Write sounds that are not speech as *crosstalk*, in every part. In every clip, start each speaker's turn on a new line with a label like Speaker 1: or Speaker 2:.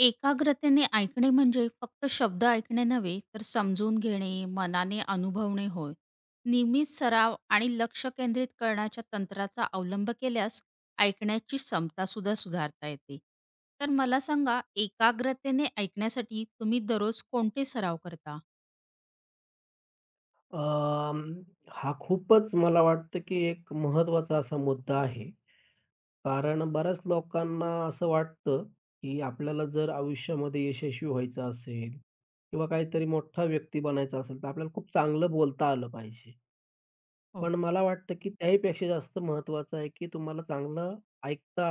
Speaker 1: एकाग्रतेने ऐकणे म्हणजे फक्त शब्द ऐकणे नव्हे, तर समजून घेणे, मनाने अनुभवणे होय. नियमित सराव आणि लक्ष केंद्रित करण्याच्या तंत्राचा अवलंब केल्यास ऐकण्याची क्षमतासुद्धा सुधारता येते. तर मला सांगा, एकाग्रतेने ऐकण्यासाठी तुम्ही दररोज कोणते सराव करता?
Speaker 2: अं, हा खूपच मला वाटतं, की एक महत्त्वाचा असा मुद्दा आहे. कारण बऱ्याच लोकांना असं वाटतं, की आपल्याला जर आयुष्यामध्ये यशस्वी व्हायचं असेल किंवा काहीतरी मोठा व्यक्ती बनायचा असेल, तर आपल्याला खूप चांगलं बोलता आलं पाहिजे.
Speaker 1: हो,
Speaker 2: पण मला वाटतं, की त्याहीपेक्षा जास्त महत्त्वाचं आहे, की तुम्हाला चांगलं ऐकता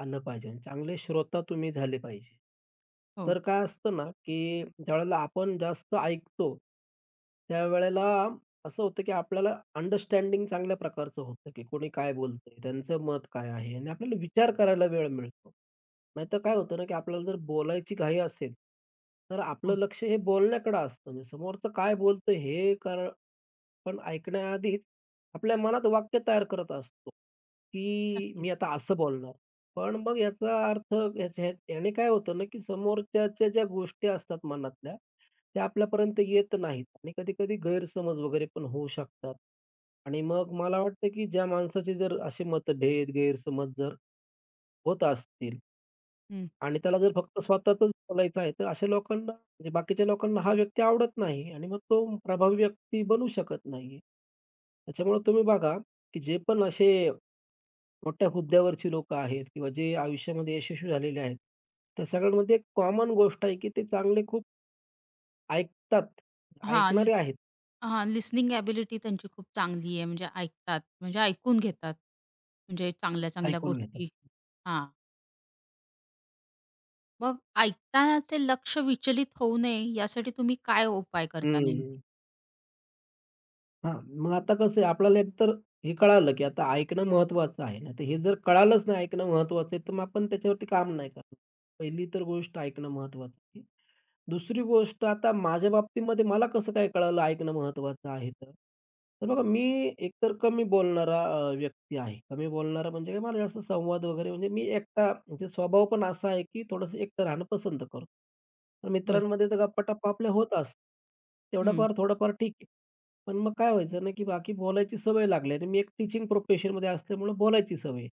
Speaker 2: आलं पाहिजे आणि चांगले श्रोता तुम्ही झाले पाहिजे.
Speaker 1: हो,
Speaker 2: तर काय असतं ना, की ज्यावेळेला आपण जास्त ऐकतो, त्यावेळेला असं होतं, की आपल्याला अंडरस्टँडिंग चांगल्या प्रकारचं होतं, की कोणी काय बोलतंय, त्यांचं मत काय आहे आणि आपल्याला विचार करायला वेळ मिळतो. नाहीतर काय होतं ना, की आपल्याला जर बोलायची घाई असेल, तर आपलं
Speaker 1: हो.
Speaker 2: लक्ष हे बोलण्याकडं असतं. म्हणजे समोरचं काय बोलतंय हे कर पण ऐकण्याआधीच आपल्या मनात वाक्य तयार करत असतो, की
Speaker 1: नक्कीच.
Speaker 2: मी आता असं बोलणार. पण मग याचा अर्थ याने काय होतं ना, की समोरच्याच्या ज्या गोष्टी असतात मनातल्या, त्या आपल्यापर्यंत येत नाहीत आणि कधी-कधी गैरसमज वगैरे पण होऊ शकतात. आणि मग मला वाटतं, की ज्या माणसाचे जर असे मतभेद, गैरसमज जर होत असतील
Speaker 1: हं.
Speaker 2: आणि त्याला जर फक्त स्वतःचच बोलायचं आहे, तर अशा लोकांना म्हणजे बाकीच्या लोकांना हा व्यक्ती आवडत नाही आणि मग तो प्रभावी व्यक्ती बनू शकत नाहीये. त्याच्यामुळे तुम्ही बघा, की जे पण असे मोठ्या हुद्द्यावरची लोकं आहेत किंवा जे आयुष्यामध्ये यशस्वी झालेले आहेत, त्या सगळ्यांमध्ये एक कॉमन गोष्ट आहे, की ते चांगले खूप ऐकतात.
Speaker 1: हां, ल
Speaker 2: ऐकणारे आहेत,
Speaker 1: हां, लिसनिंग एबिलिटी त्यांची खूप चांगली आहे. म्हणजे ऐकतात, म्हणजे ऐकून घेतात. म्हणजे चांगल्या-चांगल्या
Speaker 2: ऐकून घेतात.
Speaker 1: गोष्टी हां. मग ऐकतानाचे लक्ष विचलित होऊ नये यासाठी तुम्ही काय उपाय करता
Speaker 2: हं.
Speaker 1: नेमके?
Speaker 2: हां, मग आता कसं आहे आपल्याला एकतर हे कळालं, की आता ऐकणं महत्त्वाचं आहे ना, तर हे जर कळालंच नाही ऐकणं महत्त्वाचं आहे, तर मग आपण त्याच्यावरती काम नाही करणार. पहिली तर गोष्ट ऐकणं महत्त्वाचं आहे. दुसरी गोष्ट आता माझ्या बाबतीमध्ये मला कसं काय कळालं ऐकणं महत्त्वाचं आहे तर? तर बघा मी एकतर कमी बोलणारा व्यक्ती आहे. कमी बोलणारा म्हणजे काय मला जास्त संवाद वगैरे म्हणजे मी एकटा म्हणजे स्वभाव पण असा आहे, की थोडंसं एकटं राहणं पसंत करतो. तर
Speaker 1: बरं.
Speaker 2: मित्रांमध्ये तर गप्पा-टप्पा आपल्या होत असतात. तेवढा
Speaker 1: हं.
Speaker 2: फार थोडाफार ठीक आहे. पण मग काय व्हायचं ना, की बाकी बोलायची सवय लागली आणि मी एक टीचिंग प्रोफेशनमध्ये असल्यामुळं बोलायची सवय आहे.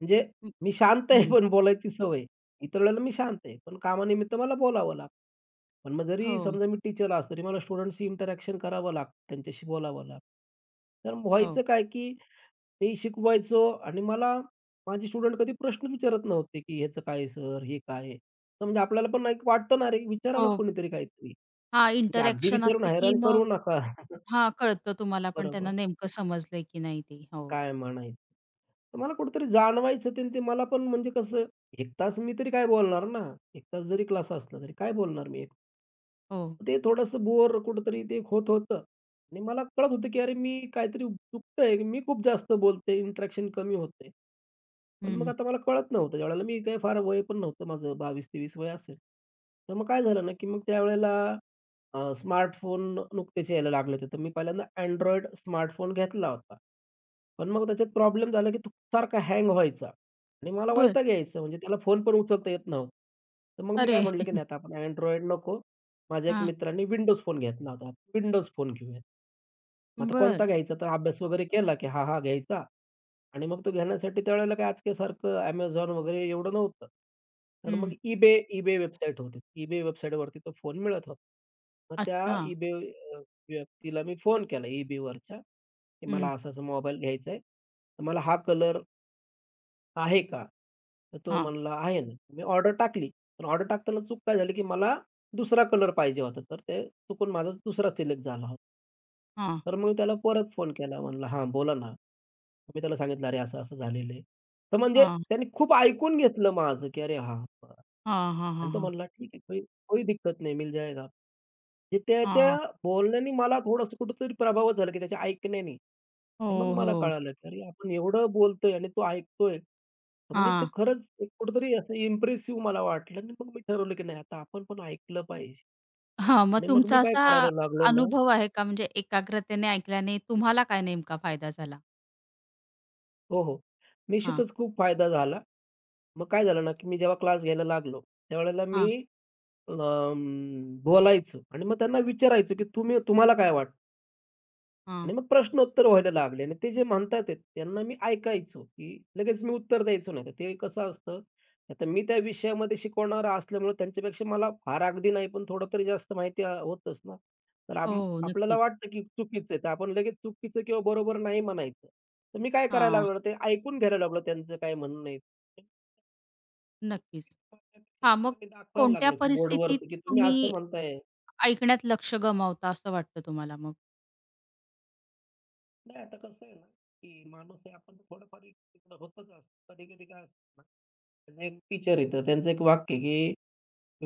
Speaker 2: म्हणजे
Speaker 1: हं,
Speaker 2: मी शांत आहे
Speaker 1: हं.
Speaker 2: पण बोलायची सवय आहे. इतर वेळेला मी शांत आहे, पण कामानिमित्त मला बोलावं लागतं. पण मग जरी
Speaker 1: हो,
Speaker 2: समजा मी टीचर असतो, तरी मला स्टुडंट्सशी इंटरॅक्शन करावं लागतं, त्यांच्याशी बोलावं लागतं. तर व्हायचं
Speaker 1: हो.
Speaker 2: काय, की मी शिकवायचो आणि मला माझे स्टुडंट कधी प्रश्न विचारत नव्हते, की "ह्याचं काय सर? हे काय आहे?" तर म्हणजे आपल्याला पण एक वाटतं ना, "अरे, विचारा ना
Speaker 1: हो.
Speaker 2: कोणीतरी काहीतरी."
Speaker 1: हां,
Speaker 2: म्हणजे अगदी
Speaker 1: इंटरॅक्शन
Speaker 2: विचारून
Speaker 1: असलं की
Speaker 2: हैराण करू
Speaker 1: मग
Speaker 2: नका. *laughs*
Speaker 1: हां, कळतं तुम्हाला पण त्यांना
Speaker 2: बरोबर.
Speaker 1: नेमकं समजलंय की नाही ते. हो.
Speaker 2: काय म्हणायचं? तर मला कुठेतरी जाणवायचं ते अन् ते मला पण म्हणजे कसं 1 तास मी तरी काय बोलणार ना? 1 तास जरी क्लास असला तरी काय बोलणार मी? एक
Speaker 1: हो.
Speaker 2: ते थोडंसं बोर कुठेतरी ते होत होतं आणि मला कळत होतं, की अरे मी काहीतरी चुकतंय, मी खूप जास्त बोलते, इंटरॅक्शन कमी होतंय. पण मग
Speaker 1: हं.
Speaker 2: आता मला कळत नव्हतं त्यावेळेला मी काही फार वय पण नव्हतं माझं 22-23 वय असेल. तर मग काय झालं ना, की मग त्यावेळेला स्मार्टफोन नुकतेच यायला लागले होते. तर मी पहिल्यांदा Android स्मार्टफोन घेतला होता. पण मग त्याच्यात प्रॉब्लेम झाला, की तो सारखा हँग व्हायचा आणि मला
Speaker 1: बरं.
Speaker 2: वैताग यायचं. म्हणजे त्याला फोन पण उचलता येत नव्हता. तर मग मी काय
Speaker 1: अरे!
Speaker 2: म्हटलं, की नाही आता आपण Android नको. माझ्या एक
Speaker 1: हां.
Speaker 2: मित्राने Windows फोन घेतला होता. Windows फोन घेऊयात. मग आता
Speaker 1: बरं.
Speaker 2: कोणता घ्यायचा? तर अभ्यास वगैरे केला, की हा, हा घ्यायचा आणि मग तो घेण्यासाठी त्यावेळेला काय आजच्यासारखं Amazon वगैरे एवढं नव्हतं. तर मग
Speaker 1: हं.
Speaker 2: eBay वेबसाईट होती. eBay वेबसाईटवरती तो फोन मिळत होता. मग त्या
Speaker 1: अच्छा.
Speaker 2: eBay अ, मी फोन केला eBayवरच्या की मला
Speaker 1: हं.
Speaker 2: असा-असा मोबाईल घ्यायचा आहे. तर मला हा कलर आहे का? तर तो
Speaker 1: हां,
Speaker 2: म्हणला, "आहे ना." मी ऑर्डर टाकली. पण ऑर्डर टाकताना चूक काय झाली, की मला दुसरा कलर पाहिजे होता. तर ते चुकून माझा दुसरा सिलेक्ट झाला होता.
Speaker 1: हां,
Speaker 2: तर मग मी त्याला परत फोन केला. म्हणला, "हां, बोला ना." मी त्याला सांगितलं, "अरे, असं-असं झालेलं आहे." तर म्हणजे
Speaker 1: हां,
Speaker 2: त्याने खूप ऐकून घेतलं माझं, की "अरे, हां, बरं."
Speaker 1: हां, हां,
Speaker 2: आणि
Speaker 1: हां,
Speaker 2: तो
Speaker 1: हां,
Speaker 2: म्हणला, "ठीक है, कोई कोई दिक्कत नहीं, मिल जाएगा." म्हणजे
Speaker 1: हां.
Speaker 2: त्याच्या बोलण्याने मला थोडंसं कुठेतरी प्रभावित झालं, की त्याच्या ऐकण्याने. आणि
Speaker 1: हो,
Speaker 2: मग मला
Speaker 1: हो.
Speaker 2: कळालं, की अरे आपण एवढं बोलतोय आणि तो ऐकतोय. तर म्हणजे ते
Speaker 1: हां.
Speaker 2: खरंच एक कुठेतरी असं इम्प्रेसिव्ह मला वाटलं आणि मग मी ठरवलं, की नाही आता आपण पण ऐकलं पाहिजे.
Speaker 1: हां, मग
Speaker 2: आणि मग मी
Speaker 1: तुमचा
Speaker 2: काय
Speaker 1: असा
Speaker 2: करायला लागलो ना
Speaker 1: अनुभव आहे का म्हणजे एकाग्रतेने ऐकल्याने तुम्हाला काय नेमका फायदा झाला?
Speaker 2: हो, हो.
Speaker 1: हां,
Speaker 2: निश्चितच खूप फायदा झाला. मग काय झालं ना, की मी जेव्हा क्लास घ्यायला लागलो, त्यावेळेला
Speaker 1: हां,
Speaker 2: मी बोलायचो आणि मग त्यांना विचारायचो, की तुम्हाला काय वाटतं?
Speaker 1: हां.
Speaker 2: आणि मग प्रश्नोत्तर व्हायला लागले आणि ते जे म्हणतात आहेत, त्यांना मी ऐकायचो, की लगेच मी उत्तर द्यायचो नाही. तर ते कसं असतं, आता मी त्या विषयामध्ये शिकवणारा असल्यामुळे त्यांच्यापेक्षा मला फार अगदी नाही, पण थोडं तरी जास्त माहिती होतंच ना. तर
Speaker 1: हो,
Speaker 2: आपल्याला
Speaker 1: नक्कीच.
Speaker 2: वाटतं, की चुकीचं आहे, तर आपण लगेच चुकीचं किंवा बरोबर नाही म्हणायचं. तर मी काय करायला
Speaker 1: हां,
Speaker 2: लागलो ना, ते ऐकून घ्यायला लागलो त्यांचं काय म्हणणं आहे.
Speaker 1: नक्कीच. हां, मग
Speaker 2: मी दाखवायला
Speaker 1: कोणत्या
Speaker 2: लागलो, की
Speaker 1: परिस्थितीत
Speaker 2: बोर्डवरती, की तुम्ही
Speaker 1: तुम्ही
Speaker 2: असं म्हणताय.
Speaker 1: ऐकण्यात लक्ष गमावता असं वाटतं तुम्हाला मग?
Speaker 2: नाही, आता कसं आहे ना, की माणूस आहे आपण थोडंफार एक तिकडं होतच असतं. कधी-कधी काय असतं ना, त्याचं एक टीचर आहे तर त्यांचं एक वाक्य आहे, की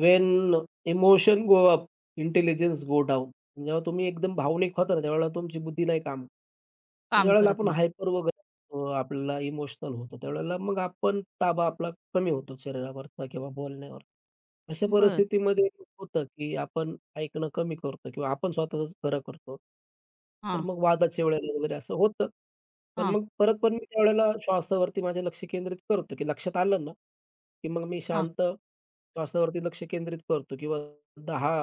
Speaker 2: "when emotion go up, intelligence go down." जेव्हा तुम्ही एकदम भावनिक होता ना, त्यावेळेला तुमची बुद्धी नाही काम
Speaker 1: काम
Speaker 2: ज्यावेळेला
Speaker 1: करत
Speaker 2: आपण
Speaker 1: नाही.
Speaker 2: हायपर वगैरे होतो, आपल्याला इमोशनल होतो, त्यावेळेला मग आपण ताबा आपला कमी होतो शरीरावरचा किंवा बोलण्यावर. अशा
Speaker 1: बरं.
Speaker 2: परिस्थितीमध्ये होतं, की आपण ऐकणं कमी करतो किंवा आपण स्वतःच खरं करतो. तर
Speaker 1: हां,
Speaker 2: मग वादाच्या वेळेला वगैरे असं होतं. पण
Speaker 1: हां,
Speaker 2: मग परत मी त्यावेळेला श्वासावरती माझे लक्ष केंद्रित करतो, की लक्षात आलं ना, की मग मी
Speaker 1: हां.
Speaker 2: शांत श्वासावरती लक्ष केंद्रित करतो किंवा 10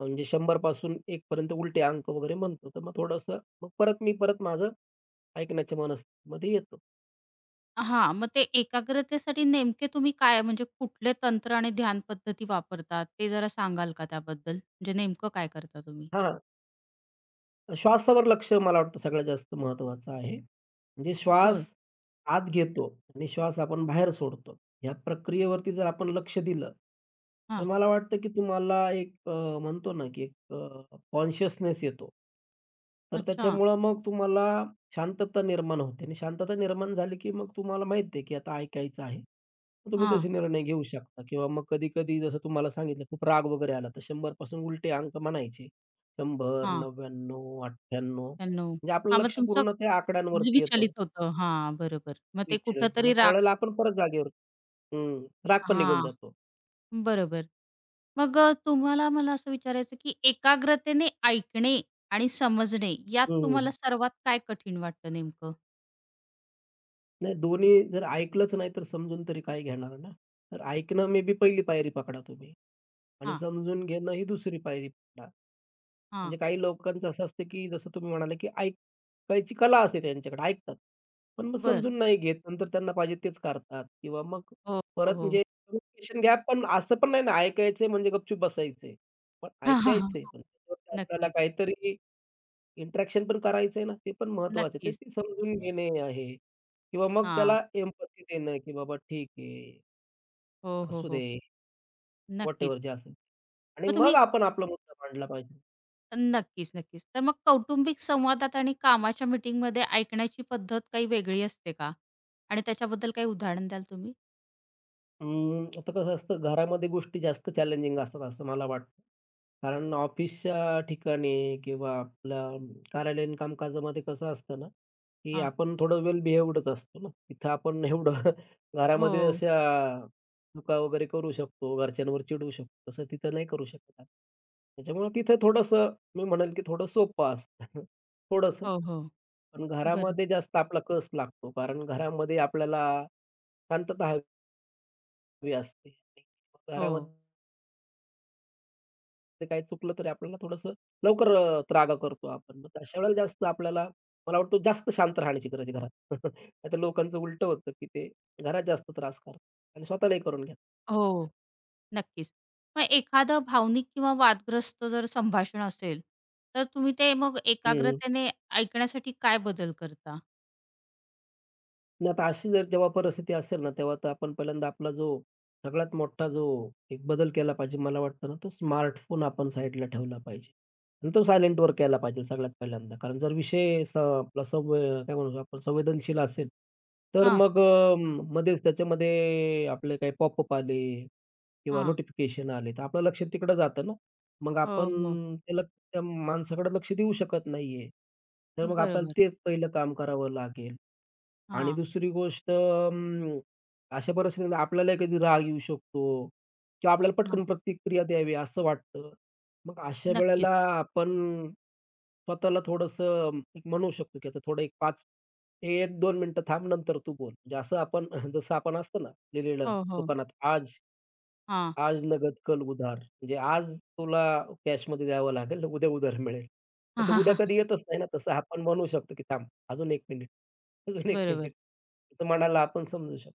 Speaker 2: म्हणजे 100 पासून 1 पर्यंत उलटे अंक वगैरे म्हणतो. तर मग थोडंसं मग परत मी परत माझं ऐकण्याचे मन असतं. मग ते येतं.
Speaker 1: हां, मग ते एकाग्रतेसाठी नेमके तुम्ही काय म्हणजे कुठले तंत्र आणि ध्यान पद्धती वापरतात ते जरा सांगाल का त्याबद्दल? म्हणजे नेमकं काय करता तुम्ही?
Speaker 2: हां, श्वासावर लक्ष मला वाटतं सगळ्यात जास्त महत्त्वाचं आहे. म्हणजे श्वास
Speaker 1: बरं.
Speaker 2: आत घेतो आणि श्वास आपण बाहेर सोडतो. ह्या प्रक्रियेवरती जर आपण लक्ष दिलं, तर
Speaker 1: हां.
Speaker 2: मला वाटतं की तुम्हाला एक म्हणतो ना की एक कॉन्शियसनेस येतो. तर
Speaker 1: अच्छा.
Speaker 2: त्याच्यामुळं मग तुम्हाला शांतता निर्माण होते आणि शांतता निर्माण झाली की मग तुम्हाला माहिती आहे की आता ऐकायचं आहे. मग तुम्ही
Speaker 1: हां,
Speaker 2: तसे निर्णय घेऊ शकता किंवा मग कधी-कधी जसं तुम्हाला सांगितलं खूप राग वगैरे आला तर 100 पासून उलटे अंक म्हणायचे. 100,
Speaker 1: हां.
Speaker 2: 99, 98
Speaker 1: 96.
Speaker 2: म्हणजे आपलं
Speaker 1: हां, मग
Speaker 2: लक्ष
Speaker 1: तुमचं
Speaker 2: पूर्ण त्या
Speaker 1: म्हणजे
Speaker 2: आकड्यांवरती येतं.
Speaker 1: विचलित होतं. हां, बरोबर. मग ते
Speaker 2: विच्छेद येतो. मग
Speaker 1: कुठेतरी राग
Speaker 2: त्यावेळेला आपण परत जागेवर हं. राग पण निघून
Speaker 1: हां,
Speaker 2: जातो.
Speaker 1: बरोबर. मग तुम्हाला मला असं विचारायचं, की एकाग्रतेने ऐकणे आणि समजणे यात तुम्हाला
Speaker 2: हं.
Speaker 1: सर्वात काय कठीण वाटतं नेमकं?
Speaker 2: नाही दोन्ही जर ऐकलंच नाही तर समजून तरी काय घेणार ना? तर ऐकणं मे बी पहिली पायरी पकडा तुम्ही आणि
Speaker 1: हां,
Speaker 2: समजून घेणं ही दुसरी पायरी पकडा.
Speaker 1: हां.
Speaker 2: म्हणजे काही लोकांचं असं असतं, की जसं तुम्ही म्हणाले, की ऐकायची कला असते त्यांच्याकडे, ऐकतात. पण मग
Speaker 1: बरं.
Speaker 2: समजून नाही घेत. नंतर त्यांना पाहिजे तेच करतात किंवा मग
Speaker 1: हो, हो,
Speaker 2: परत
Speaker 1: हो.
Speaker 2: म्हणजे कम्युनिकेशन गॅप असं पण नाही ना, ऐकायचंय म्हणजे गपचूप बसायचंय. पण
Speaker 1: *laughs* हां, हां, हां.
Speaker 2: ऐकायचंय पण त्याच्यावरती आपल्याला
Speaker 1: नक्कीच,
Speaker 2: काहीतरी इंटरॅक्शन पण करायचं आहे ना, ते पण महत्वाचं आहे. ते
Speaker 1: नक्कीच.
Speaker 2: ते समजून हं. घेणे आहे किंवा मग
Speaker 1: हां.
Speaker 2: त्याला एम्पथी देणं, की बाबा ठीक आहे,
Speaker 1: हो, हो,
Speaker 2: असू दे,
Speaker 1: हो. नक्कीच.
Speaker 2: व्हॉटएव्हर जे असेल आणि
Speaker 1: मग
Speaker 2: मग
Speaker 1: तुम्ही
Speaker 2: आपण आपला मुद्दा मांडला पाहिजे.
Speaker 1: नक्कीच, नक्कीच. तर मग कौटुंबिक संवादात आणि कामाच्या मीटिंगमध्ये ऐकण्याची पद्धत काही वेगळी असते का? आणि त्याच्याबद्दल काही उदाहरण द्याल तुम्ही?
Speaker 2: आता कसं असतं, घरामध्ये गोष्टी जास्त चॅलेंजिंग असतात असं मला वाटतं. कारण ऑफिसच्या ठिकाणी किंवा आपल्या कार्यालयीन कामकाजामध्ये कसं असतं ना, की
Speaker 1: हां.
Speaker 2: आपण थोडं वेल बिहेव्डच असतो ना. तिथं आपण एवढं *laughs* घरामध्ये
Speaker 1: हो,
Speaker 2: अशा चुका वगैरे करू शकतो, घरच्यांवर चिडू शकतो, तसं तिथं नाही करू शकत आपण. त्याच्यामुळे तिथं थोडंसं मी म्हणेल, की थोडं सोपं असतं *laughs* थोडंसं.
Speaker 1: हो, हो.
Speaker 2: पण
Speaker 1: बरं.
Speaker 2: घरामध्ये जास्त आपला कस लागतो कारण घरामध्ये आपल्याला शांतता हवी असते.
Speaker 1: हो,
Speaker 2: घरामध्ये ते काही चुकलं तरी आपल्याला थोडंसं लवकर त्रागा करतो आपण. मग अशा वेळेला जास्त आपल्याला मला वाटतं जास्त शांत राहण्याची गरज आहे घरात. *laughs* नाहीतर लोकांचं उलटं होतं, की ते घरात जास्त त्रास करतात आणि स्वतःलाही करून घेतात.
Speaker 1: हो. नक्कीच. मग एखादं भावनिक किंवा वादग्रस्त जर संभाषण असेल, तर तुम्ही ते मग एकाग्रतेने ऐकण्यासाठी काय बदल करता?
Speaker 2: नाही आता अशी जर जेव्हा परिस्थिती असेल ना, तेव्हा तर आपण पहिल्यांदा आपला जो सगळ्यात मोठा जो एक बदल केला पाहिजे मला वाटतं ना, तो स्मार्टफोन आपण साईडला ठेवला पाहिजे आणि तो सायलेंटवर केला पाहिजे सगळ्यात पहिल्यांदा. कारण जर विषय स आपला काय म्हणू आपण संवेदनशील असेल, तर
Speaker 1: हां,
Speaker 2: मग मध्येच त्याच्यामध्ये आपले काही पॉपअप आले किंवा
Speaker 1: हां.
Speaker 2: नोटिफिकेशन आले, तर आपलं लक्ष तिकडं जातं ना. मग
Speaker 1: हो,
Speaker 2: आपण
Speaker 1: हो.
Speaker 2: त्याला त्या माणसाकडे लक्ष देऊ शकत नाहीये. तर मग आपल्याला
Speaker 1: बरोबर.
Speaker 2: तेच पहिलं काम करावं लागेल. आणि
Speaker 1: हां,
Speaker 2: दुसरी गोष्ट अशा परिस्थितीमध्ये आपल्यालाही कधी राग येऊ शकतो किंवा आपल्याला
Speaker 1: हां.
Speaker 2: पटकन प्रतिक्रिया द्यावी असं वाटतं. मग अशा वेळेला
Speaker 1: नक्कीच.
Speaker 2: आपण स्वतःला थोडंसं एक म्हणू शकतो, की आता थोडं एक 5 1-2 मिनिटं थांब, नंतर तू बोल. म्हणजे असं आपण *laughs* जसं आपण असतं ना लिहिलेलं
Speaker 1: हो, हो.
Speaker 2: दुकानात, "आज
Speaker 1: हां.
Speaker 2: आज नगद, कल उधार. म्हणजे आज तुला कॅशमध्ये द्यावं लागेल, उद्या उधार मिळेल.
Speaker 1: *laughs* हां
Speaker 2: तर
Speaker 1: हां
Speaker 2: उद्या
Speaker 1: हां
Speaker 2: कधी येतच नाही ना. तसं आपण म्हणू शकतो, की थांब अजून 1 मिनिट, अजून 1
Speaker 1: बरोबर.
Speaker 2: मिनिट. तर मनाला आपण समजू शकतो.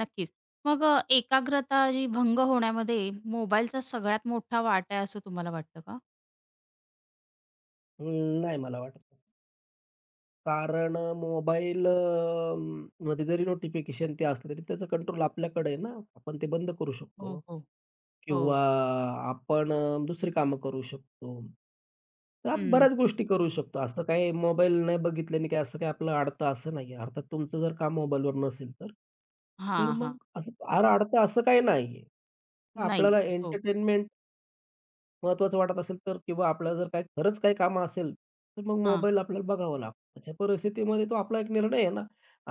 Speaker 1: नक्कीच. मग एकाग्रता जी भंग होण्यामध्ये मोबाईलचा सगळ्यात मोठा वाटा आहे असं तुम्हाला वाटतं का?
Speaker 2: नाही मला वाटत. कारण मोबाईल मध्ये जरी नोटिफिकेशन ते असलं, तरी त्याचं कंट्रोल आपल्याकडे आहे ना. आपण ते बंद करू
Speaker 1: हो,
Speaker 2: शकतो.
Speaker 1: हो.
Speaker 2: किंवा
Speaker 1: हो.
Speaker 2: आपण दुसरी कामं करू शकतो. तर
Speaker 1: हं.
Speaker 2: बऱ्याच गोष्टी करू शकतो. असं काही मोबाईल नाही बघितल्याने काही असं काही आपला अडता असं नाहीये. अर्थात तुमचं जर काम मोबाईलवर नसेल तर. तर
Speaker 1: हां,
Speaker 2: मग
Speaker 1: हां.
Speaker 2: असं फार अडता असं काही नाहीये. आपल्याला
Speaker 1: नाहीये. हो.
Speaker 2: एंटरटेनमेंट महत्त्वाचं वाटत असेल तर किंवा आपल्याला जर काही खरंच काही कामं असेल, तर मग
Speaker 1: हां.
Speaker 2: मोबाईल आपल्याला बघावा लागतो. अशा परिस्थितीमध्ये तो आपला एक निर्णय आहे ना.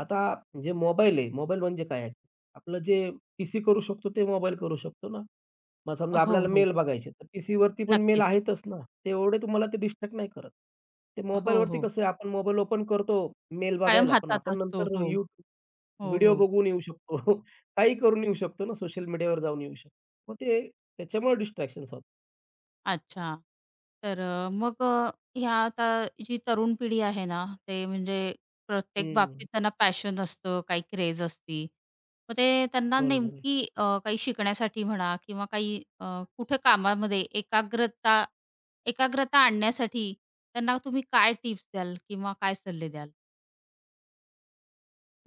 Speaker 2: आता जे मोबाईल आहे, मोबाईल म्हणजे काय आहे? आपलं जे पीसी करू शकतो ते मोबाईल करू शकतो ना. मग समजा
Speaker 1: हो,
Speaker 2: आपल्याला
Speaker 1: हो.
Speaker 2: मेल बघायचे तर पीसीवरती पण मेल
Speaker 1: नक्कीच.
Speaker 2: आहेतच ना. ते एवढे तुम्हाला ते डिस्ट्रॅक्ट नाही करत. ते
Speaker 1: हो,
Speaker 2: मोबाईलवरती
Speaker 1: हो.
Speaker 2: कसं आहे आपण मोबाईल ओपन करतो मेल
Speaker 1: कायम
Speaker 2: बघायला, पण
Speaker 1: हातात
Speaker 2: आपण
Speaker 1: असतो.
Speaker 2: नंतर
Speaker 1: हो.
Speaker 2: YouTube
Speaker 1: हो,
Speaker 2: व्हिडिओ
Speaker 1: हो.
Speaker 2: बघून येऊ शकतो. *laughs* काही करून येऊ शकतो ना, सोशल मीडियावर जाऊन येऊ शकतो. मग ते त्याच्यामुळे डिस्ट्रॅक्शन्स होतात.
Speaker 1: अच्छा. तर ह्या आता जी तरुण पिढी आहे ना, ते म्हणजे प्रत्येक
Speaker 2: हं,
Speaker 1: बाबतीत त्यांना पॅशन असतं, काही क्रेझ असती. मग ते त्यांना
Speaker 2: बरोबर आहे.
Speaker 1: नेमकी काही शिकण्यासाठी म्हणा किंवा काही कुठे कामामध्ये एकाग्रता एकाग्रता आणण्यासाठी त्यांना तुम्ही काय टिप्स द्याल किंवा काय सल्ले द्याल?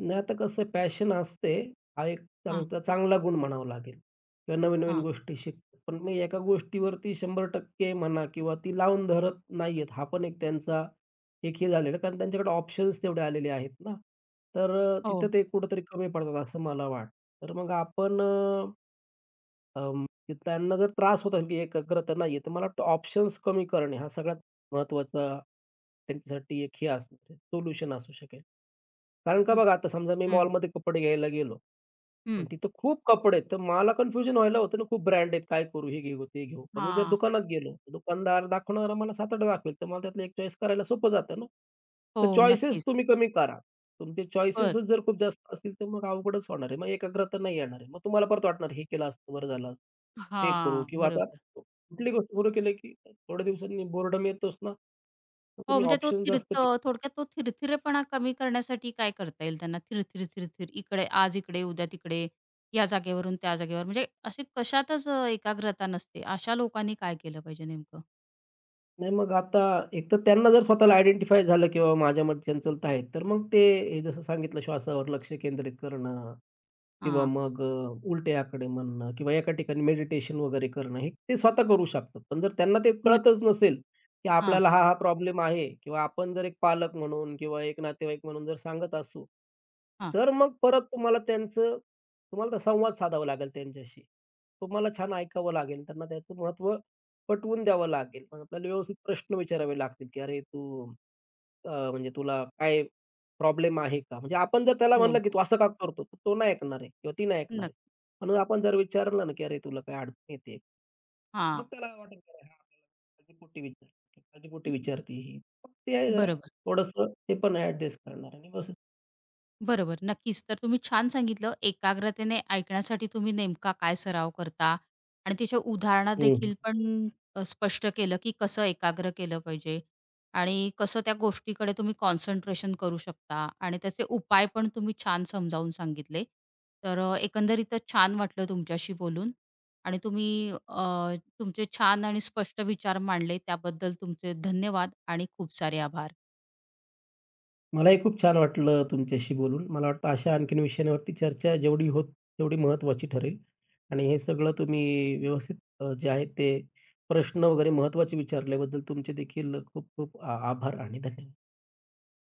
Speaker 2: नाही, आता कसं पॅशन असते, हा एक
Speaker 1: हां,
Speaker 2: चांगला चांगला गुण म्हणावा लागेल किंवा नवीन-नवीन
Speaker 1: हां.
Speaker 2: गोष्टी शिकतात. पण मग एका गोष्टीवरती 100% म्हणा किंवा ती लावून धरत नाहीयेत. हा पण एक त्यांचा एक हे झालेलं कारण त्यांच्याकडे ऑप्शन्स तेवढे आलेले आहेत ना. तर
Speaker 1: हो.
Speaker 2: तिथं ते कुठेतरी कमी पडतात असं मला वाटतं. तर मग आपण की त्यांना जर त्रास होत असेल, की एकाग्रता नाहीये, तर मला वाटतं ऑप्शन्स कमी करणे हा सगळ्यात महत्त्वाचा त्यांच्यासाठी एक हे असू सोल्युशन असू शकेल. कारण का
Speaker 1: हं,
Speaker 2: बघा, आता समजा मी
Speaker 1: हं,
Speaker 2: मॉलमध्ये कपडे घ्यायला गेलो पण
Speaker 1: हं.
Speaker 2: तिथं खूप कपडे आहेत. तर मला कन्फ्युजन व्हायला होतं ना, खूप ब्रँड आहेत, काय करू, हे घेऊ, ते घेऊ. पण मी जर
Speaker 1: हां.
Speaker 2: दुकानात गेलो, तर दुकानदार दाखवणारा मला 7-8 दाखवेल, तर मला त्यातलं एक चॉईस करायला सोपं जातं ना.
Speaker 1: हो,
Speaker 2: तर चॉईसेस
Speaker 1: नक्कीच.
Speaker 2: तुम्ही कमी करा. तुमचे
Speaker 1: बरं.
Speaker 2: चॉईसेसच जर खूप जास्त असतील, तर मग अवघडच होणार आहे. मग एकाग्रता नाही येणार आहे. मग तुम्हाला परत वाटणार, हे केलं असतं, बरं झालं असतं. ते करू
Speaker 1: हां,
Speaker 2: किंवा आता
Speaker 1: बरोबर.
Speaker 2: कुठली गोष्ट सुरू केली, की थोड्या दिवसांनी बोर्डम येतोच ना. मग
Speaker 1: हो,
Speaker 2: तुम्ही
Speaker 1: म्हणजे तो
Speaker 2: ऑप्शन जास्त
Speaker 1: थिरथ थोडक्यात तो थिरथिरेपणा कमी करण्यासाठी काय करता येईल त्यांना? थिरथिर, थिरथिर, इकडे आज इकडे, उद्या तिकडे, या जागेवरून त्या जागेवर, म्हणजे अशी कशातच एकाग्रता नसते. अशा लोकांनी काय केलं पाहिजे नेमकं?
Speaker 2: नाही मग आता एक तर त्यांना जर स्वतःला आयडेंटिफाय झालं, की बाबा माझ्यामध्ये चंचलता आहे, तर मग ते हे जसं सांगितलं श्वासावर लक्ष केंद्रित करणं, किंवा
Speaker 1: हां,
Speaker 2: मग उलटे आकडे म्हणणं किंवा एका ठिकाणी मेडिटेशन वगैरे करणं, हे ते स्वतः करू शकतात. पण जर त्यांना ते कळतच
Speaker 1: नक्कीच.
Speaker 2: नसेल, की
Speaker 1: हां,
Speaker 2: आपल्याला हा प्रॉब्लेम आहे किंवा आपण जर एक पालक म्हणून किंवा एक नातेवाईक म्हणून जर सांगत असू,
Speaker 1: हां.
Speaker 2: तर मग परत तुम्हाला तर संवाद साधावा लागेल त्यांच्याशी. तुम्हाला छान ऐकावं लागेल, त्यांना त्याचं महत्त्व पटवून द्यावं लागेल. मग आपल्याला व्यवस्थित प्रश्न विचारावे लागतील, की "अरे, तू म्हणजे तुला काय प्रॉब्लेम आहे का? म्हणजे आपण जर त्याला
Speaker 1: हो,
Speaker 2: म्हणलं, की
Speaker 1: हो.
Speaker 2: "तू असं का करतो?" तर तो नाही ऐकणार आहे किंवा ती नाही ऐकणार आहे.
Speaker 1: नक्की.
Speaker 2: पण आपण जर विचारलं ना, की "अरे, तुला काय अडचण येते?" मग
Speaker 1: हां,
Speaker 2: त्याला वाटेल, की "अरे, हा आपल्याला काळजीपोटी विचारतो, काळजीपोटी विचारते ही." मग ते आहे जरा
Speaker 1: बरोबर.
Speaker 2: थोडंसं ते पण ॲडजस्ट करणार आणि व्यवस्थित
Speaker 1: बरोबर, नक्कीच. तर तुम्ही छान सांगितलं, एकाग्रतेने ऐकण्यासाठी तुम्ही नेमका काय सराव करता आणि त्याच्या उदाहरणात
Speaker 2: हं,
Speaker 1: देखील पण स्पष्ट केलं, की कसं एकाग्र केलं पाहिजे आणि कसं त्या गोष्टीकडे तुम्ही कॉन्सन्ट्रेशन करू शकता आणि त्याचे उपाय पण तुम्ही छान समजावून सांगितले. तर एकंदरीतच छान वाटलं तुमच्याशी बोलून आणि तुम्ही तुमचे छान आणि स्पष्ट विचार मांडले त्याबद्दल तुमचे धन्यवाद आणि खूप सारे आभार.
Speaker 2: मलाही खूप छान वाटलं तुमच्याशी बोलून. मला वाटतं अशा आणखीन विषयांवरती चर्चा जेवढी होत तेवढी महत्त्वाची ठरेल आणि हे सगळं तुम्ही व्यवस्थित जे आहे ते प्रश्न वगैरे महत्त्वाचे विचारल्याबद्दल तुमचे देखील खूप खूप आभार आणि धन्यवाद.